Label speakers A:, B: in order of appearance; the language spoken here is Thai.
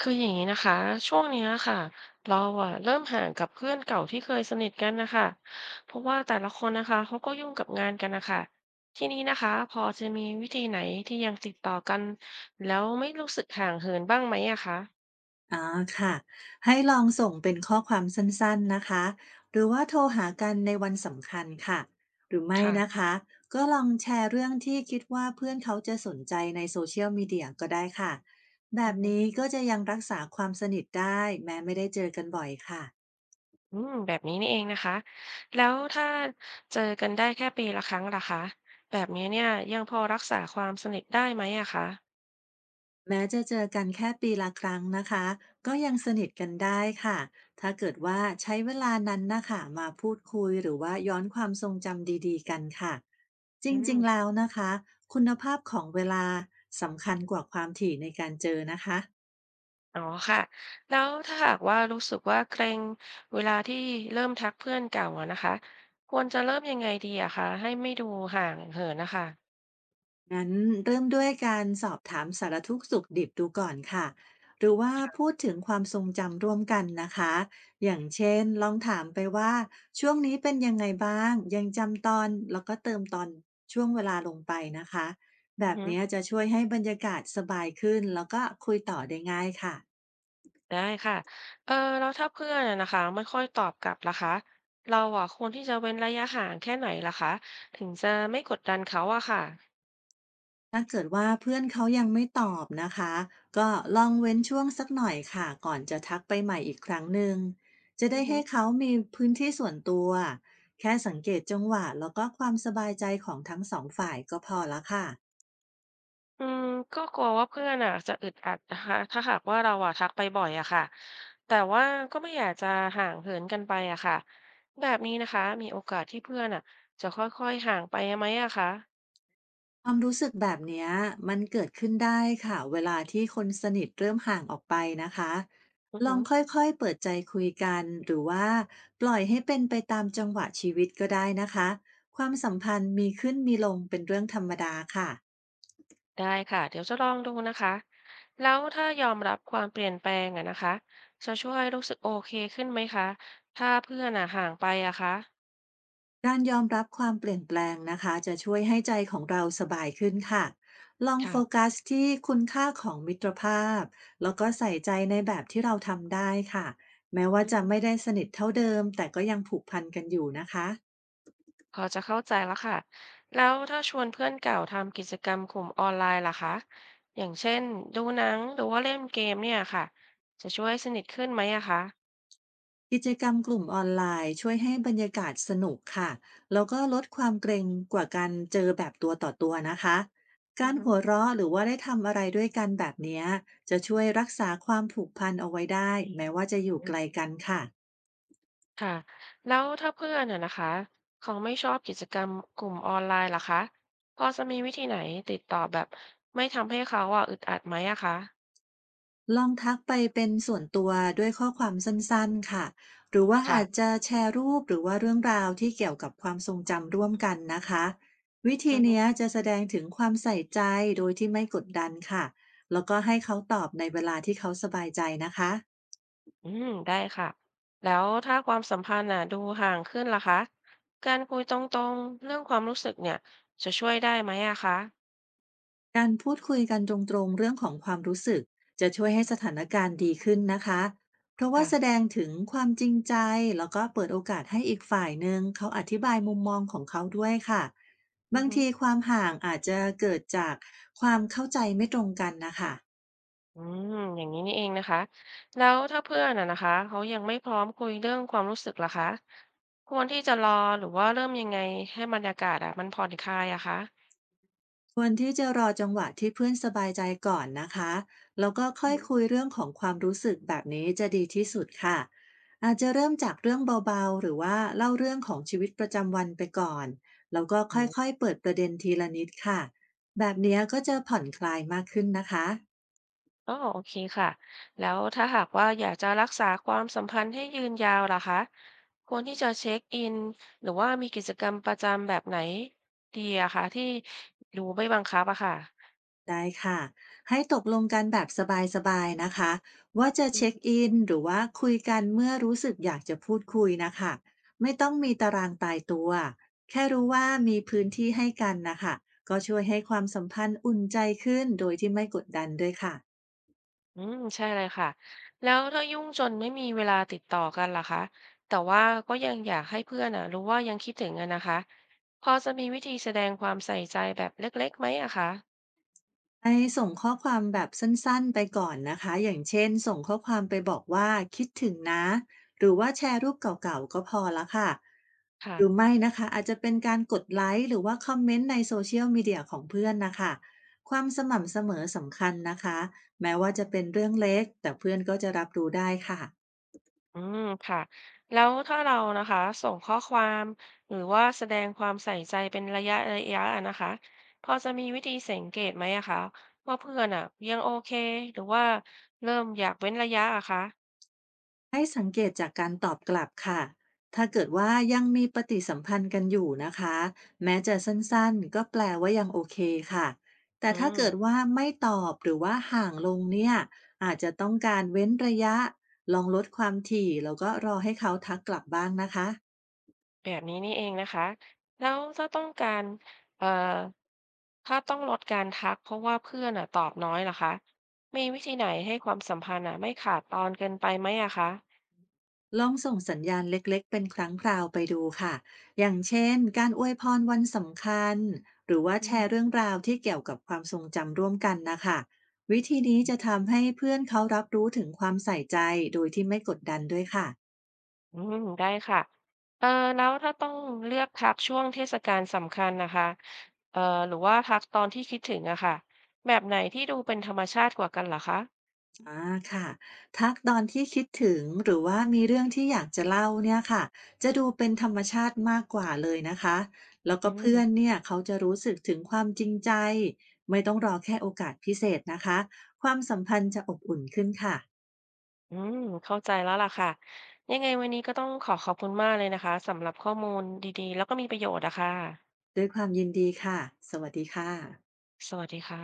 A: คืออย่างนี้นะคะช่วงเนี้ยค่ะเราอะเริ่มห่างกับเพื่อนเก่าที่เคยสนิทกันนะคะเพราะว่าแต่ละคนนะคะเขาก็ยุ่งกับงานกันนะคะทีนี้นะคะพอจะมีวิธีไหนที่ยังติดต่อกันแล้วไม่รู้สึกห่างเหินบ้างไหมอะคะ
B: อ๋อค่ะให้ลองส่งเป็นข้อความสั้นๆนะคะหรือว่าโทรหากันในวันสำคัญค่ะหรือไม่
A: ค่ะ
B: นะคะก็ลองแชร์เรื่องที่คิดว่าเพื่อนเขาจะสนใจในโซเชียลมีเดียก็ได้ค่ะแบ
A: อื
B: บ
A: อฮึ
B: นี้ก็จะยังรักษาความสนิทได้แม้ไม่ได้เจอกันบ่อยค่ะ
A: อืมแบบนี้นี่เองนะคะแล้วถ้าเจอกันได้แค่ปีละครั้งล่ะคะแบบนี้เนี่ยยังพอรักษาความสนิทได้ไหมอะคะ
B: แม้จะเจอกันแค่ปีละครั้งนะคะก็ยังสนิทกันได้ค่ะถ้าเกิดว่าใช้เวลานั้นนะคะมาพูดคุยหรือว่าย้อนความทรงจำดีๆกันค่ะจร
A: อื
B: ิงๆแล้
A: ม
B: วนะคะคุณภาพของเวลาสำคัญกว่าความถี่ในการเจอนะคะ
A: อ๋อค่ะแล้วถ้าหากว่ารู้สึกว่าเกรงเวลาที่เริ่มทักเพื่อนเก่าอะนะคะควรจะเริ่มยังไงดีอะคะให้ไม่ดูห่างเหินนะคะ
B: งั้นเริ่มด้วยการสอบถามสารทุกข์สุขดิบดูก่อนค่ะหรือว่าพูดถึงความทรงจำร่วมกันนะคะอย่างเช่นลองถามไปว่าช่วงนี้เป็นยังไงบ้างยังจำตอนแล้วก็เติมตอนช่วงเวลาลงไปนะคะแบ
A: อือ
B: บ
A: ฮึ
B: นี้จะช่วยให้บรรยากาศสบายขึ้นแล้วก็คุยต่อได้ง่ายค่ะ
A: ได้ค่ะเออแล้วถ้าเพื่อนอะนะคะไม่ค่อยตอบกลับล่ะคะเราอะควรที่จะเว้นระยะห่างแค่ไหนล่ะคะถึงจะไม่กดดันเขาอะค่ะ
B: ถ้าเกิดว่าเพื่อนเขายังไม่ตอบนะคะก็ลองเว้นช่วงสักหน่อยค่ะก่อนจะทักไปใหม่อีกครั้งหนึ่งจะ
A: อื
B: ได้
A: อฮึ
B: ให้เขามีพื้นที่ส่วนตัวแค่สังเกตจังหวะแล้วก็ความสบายใจของทั้งสองฝ่ายก็พอละค่ะ
A: อืมก็กลัวว่าเพื่อนอ่ะจะอึดอัดนะคะถ้าหากว่าเราอ่ะทักไปบ่อยอะค่ะแต่ว่าก็ไม่อยากจะห่างเหินกันไปอะค่ะแบบนี้นะคะมีโอกาสที่เพื่อนอะจะค่อยๆห่างไปไหมอะคะ
B: ความรู้สึกแบบเนี้ยมันเกิดขึ้นได้ค่ะเวลาที่คนสนิทเริ่มห่างออกไปนะคะ
A: อือ
B: ล
A: หื
B: อง
A: อ
B: ค่อยๆเปิดใจคุยกันหรือว่าปล่อยให้เป็นไปตามจังหวะชีวิตก็ได้นะคะความสัมพันธ์มีขึ้นมีลงเป็นเรื่องธรรมดาค่ะ
A: ได้ค่ะเดี๋ยวจะลองดูนะคะแล้วถ้ายอมรับความเปลี่ยนแปลงอะนะคะจะช่วยรู้สึกโอเคขึ้นไหมคะถ้าเพื่อนอะห่างไปอะคะ
B: การยอมรับความเปลี่ยนแปลงนะคะจะช่วยให้ใจของเราสบายขึ้นค่ะลองโฟ
A: ค่ะ
B: กัสที่คุณค่าของมิตรภาพแล้วก็ใส่ใจในแบบที่เราทำได้ค่ะแม้ว่าจะไม่ได้สนิทเท่าเดิมแต่ก็ยังผูกพันกันอยู่นะคะ
A: พอจะเข้าใจแล้วค่ะแล้วถ้าชวนเพื่อนเก่าทำกิจกรรมกลุ่มออนไลน์ล่ะคะอย่างเช่นดูหนังหรือว่าเล่นเกมเนี่ยค่ะจะช่วยสนิทขึ้นไหมอะคะ
B: กิจกรรมกลุ่มออนไลน์ช่วยให้บรรยากาศสนุกค่ะแล้วก็ลดความเกรงกว่าการเจอแบบตัวต่อตัวนะคะ
A: อื
B: กา
A: อ
B: ร
A: ฮึ
B: หัวเราะหรือว่าได้ทำอะไรด้วยกันแบบเนี้ยจะช่วยรักษาความผูกพันเอาไว้ได้แม้ว่าจะอยู่
A: อื
B: ไกล
A: ม
B: กันค่ะ
A: ค่ะแล้วถ้าเพื่อนอะนะคะเขาไม่ชอบกิจกรรมกลุ่มออนไลน์ล่ะคะพอจะมีวิธีไหนติดต่อแบบไม่ทำให้เขาอะอึดอัดไหมอะคะ
B: ลองทักไปเป็นส่วนตัวด้วยข้อความสั้นๆ ค่ะ หรือว่า
A: ค่ะ
B: อาจจะแชร์รูปหรือว่าเรื่องราวที่เกี่ยวกับความทรงจำร่วมกันนะคะ วิธีเนี้ยจะแสดงถึงความใส่ใจโดยที่ไม่กดดันค่ะ แล้วก็ให้เขาตอบในเวลาที่เขาสบายใจนะคะ
A: อืมได้ค่ะแล้วถ้าความสัมพันธ์น่ะดูห่างขึ้นล่ะคะการคุยตรงๆเรื่องความรู้สึกเนี่ยจะช่วยได้ไหมอะคะ
B: การพูดคุยกันตรงๆเรื่องของความรู้สึกจะช่วยให้สถานการณ์ดีขึ้นนะคะ เพราะว่าแสด
A: ค่ะ
B: งถึงความจริงใจแล้วก็เปิดโอกาสให้อีกฝ่ายหนึ่งเขาอธิบายมุมมองของเขาด้วยค่ะ
A: อื
B: บา
A: อ
B: ง
A: ฮึ
B: ทีความห่างอาจจะเกิดจากความเข้าใจไม่ตรงกันนะคะ
A: อืมอย่างนี้นี่เองนะคะแล้วถ้าเพื่อนน่ะนะคะเขายังไม่พร้อมคุยเรื่องความรู้สึกล่ะคะควรที่จะรอหรือว่าเริ่มยังไงให้บรรยากาศอะมันผ่อนคลายอะคะ
B: ควรที่จะรอจังหวะที่เพื่อนสบายใจก่อนนะคะแล้วก็ค่อยคุย
A: อื
B: เรื่องของความรู้สึกแบบนี้จะดีที่สุดค่ะอาจจะเริ่มจากเรื่องเบาๆหรือว่าเล่าเรื่องของชีวิตประจำวันไปก่อน แล้วก็ค่
A: ม
B: อยๆเปิดประเด็นทีละนิดค่ะแบบเนี้ยก็จะผ่อนคลายมากขึ้นนะคะ
A: อ๋อโอเคค่ะแล้วถ้าหากว่าอยากจะรักษาความสัมพันธ์ให้ยืนยาวล่ะคะควรที่จะเช็คอินหรือว่ามีกิจกรรมประจำแบบไหนดีอะคะที่ดูไม่บังคับอะค่ะ
B: ได้ค่ะให้ตกลงกันแบบสบายๆนะคะว่าจะเช็คอินหรือว่าคุยกันเมื่อรู้สึกอยากจะพูดคุยนะคะไม่ต้องมีตารางตายตัวแค่รู้ว่ามีพื้นที่ให้กันนะคะก็ช่วยให้ความสัมพันธ์อุ่นใจขึ้นโดยที่ไม่กดดันด้วยค่ะ
A: อืมใช่เลยค่ะแล้วถ้ายุ่งจนไม่มีเวลาติดต่อกันล่ะคะแต่ว่าก็ยังอยากให้เพื่อนอะรู้ว่ายังคิดถึงอะนะคะพอจะมีวิธีแสดงความใส่ใจแบบเล็กๆไหมอะคะ
B: ไปส่งข้อความแบบสั้นๆไปก่อนนะคะอย่างเช่นส่งข้อความไปบอกว่าคิดถึงนะหรือว่าแชร์รูปเก่าๆก็พอแล้วค่ะหรือ
A: ค่ะ
B: ไม่นะคะอาจจะเป็นการกดไลค์หรือว่าคอมเมนต์ใน Social Media ของเพื่อนนะคะความสม่ำเสมอสำคัญนะคะแม้ว่าจะเป็นเรื่องเล็กแต่เพื่อนก็จะรับรู้ได้ค่ะ
A: อืมค่ะแล้วถ้าเรานะคะส่งข้อความหรือว่าแสดงความใส่ใจเป็นระยะระยะอะนะคะพอจะมีวิธีสังเกตไหมอะคะว่าเพื่อนอะยังโอเคหรือว่าเริ่มอยากเว้นระยะอะคะ
B: ให้สังเกตจากการตอบกลับค่ะ ถ้าเกิดว่ายังมีปฏิสัมพันธ์กันอยู่นะคะ แม้จะสั้นๆก็แปลว่ายังโอเคค่ะ แต่
A: อื
B: ถ้าเกิ
A: ม
B: ดว่าไม่ตอบหรือว่าห่างลงเนี่ย อาจจะต้องการเว้นระยะ ลองลดความถี่แล้วก็รอให้เขาทักกลับบ้างนะคะ
A: แบบนี้นี่เองนะคะแล้วถ้าต้องการเอ่อถ้าต้องลดการทักเพราะว่าเพื่อนอะตอบน้อยล่ะคะมีวิธีไหนให้ความสัมพันธ์อะไม่ขาดตอนเกินไปไหมอะคะ
B: ลองส่งสัญญาณเล็กๆเป็นครั้งคราวไปดูค่ะ อย่างเช่นการอวยพรวันสำคัญ หรือว่าแชร์เรื่องราวที่เกี่ยวกับความทรงจำร่วมกันนะคะ วิธีนี้จะทำให้เพื่อนเขารับรู้ถึงความใส่ใจโดยที่ไม่กดดันด้วยค่ะ
A: อืมได้ค่ะเออแล้วถ้าต้องเลือกพักช่วงเทศกาลสำคัญนะคะเออหรือว่าพักตอนที่คิดถึงอะค่ะแบบไหนที่ดูเป็นธรรมชาติกว่ากันเหรอคะ
B: อาค่ะทักตอนที่คิดถึงหรือว่ามีเรื่องที่อยากจะเล่าเนี่ยค่ะจะดูเป็นธรรมชาติมากกว่าเลยนะคะแล้ว
A: อื
B: ก็เพื่อน
A: ม
B: เนี่ยเขาจะรู้สึกถึงความจริงใจไม่ต้องรอแค่โอกาสพิเศษนะคะความสัมพันธ์จะอบอุ่นขึ้นค่ะ
A: อืมเข้าใจแล้วล่ะค่ะ ยังไงวันนี้ก็ต้องขอขอบคุณมากเลยนะคะสำหรับข้อมูลดีๆแล้วก็มีประโยชน์อะค่ะ
B: ด้วยความยินดีค่ะสวัสดีค่ะ
A: สวัสดีค่ะ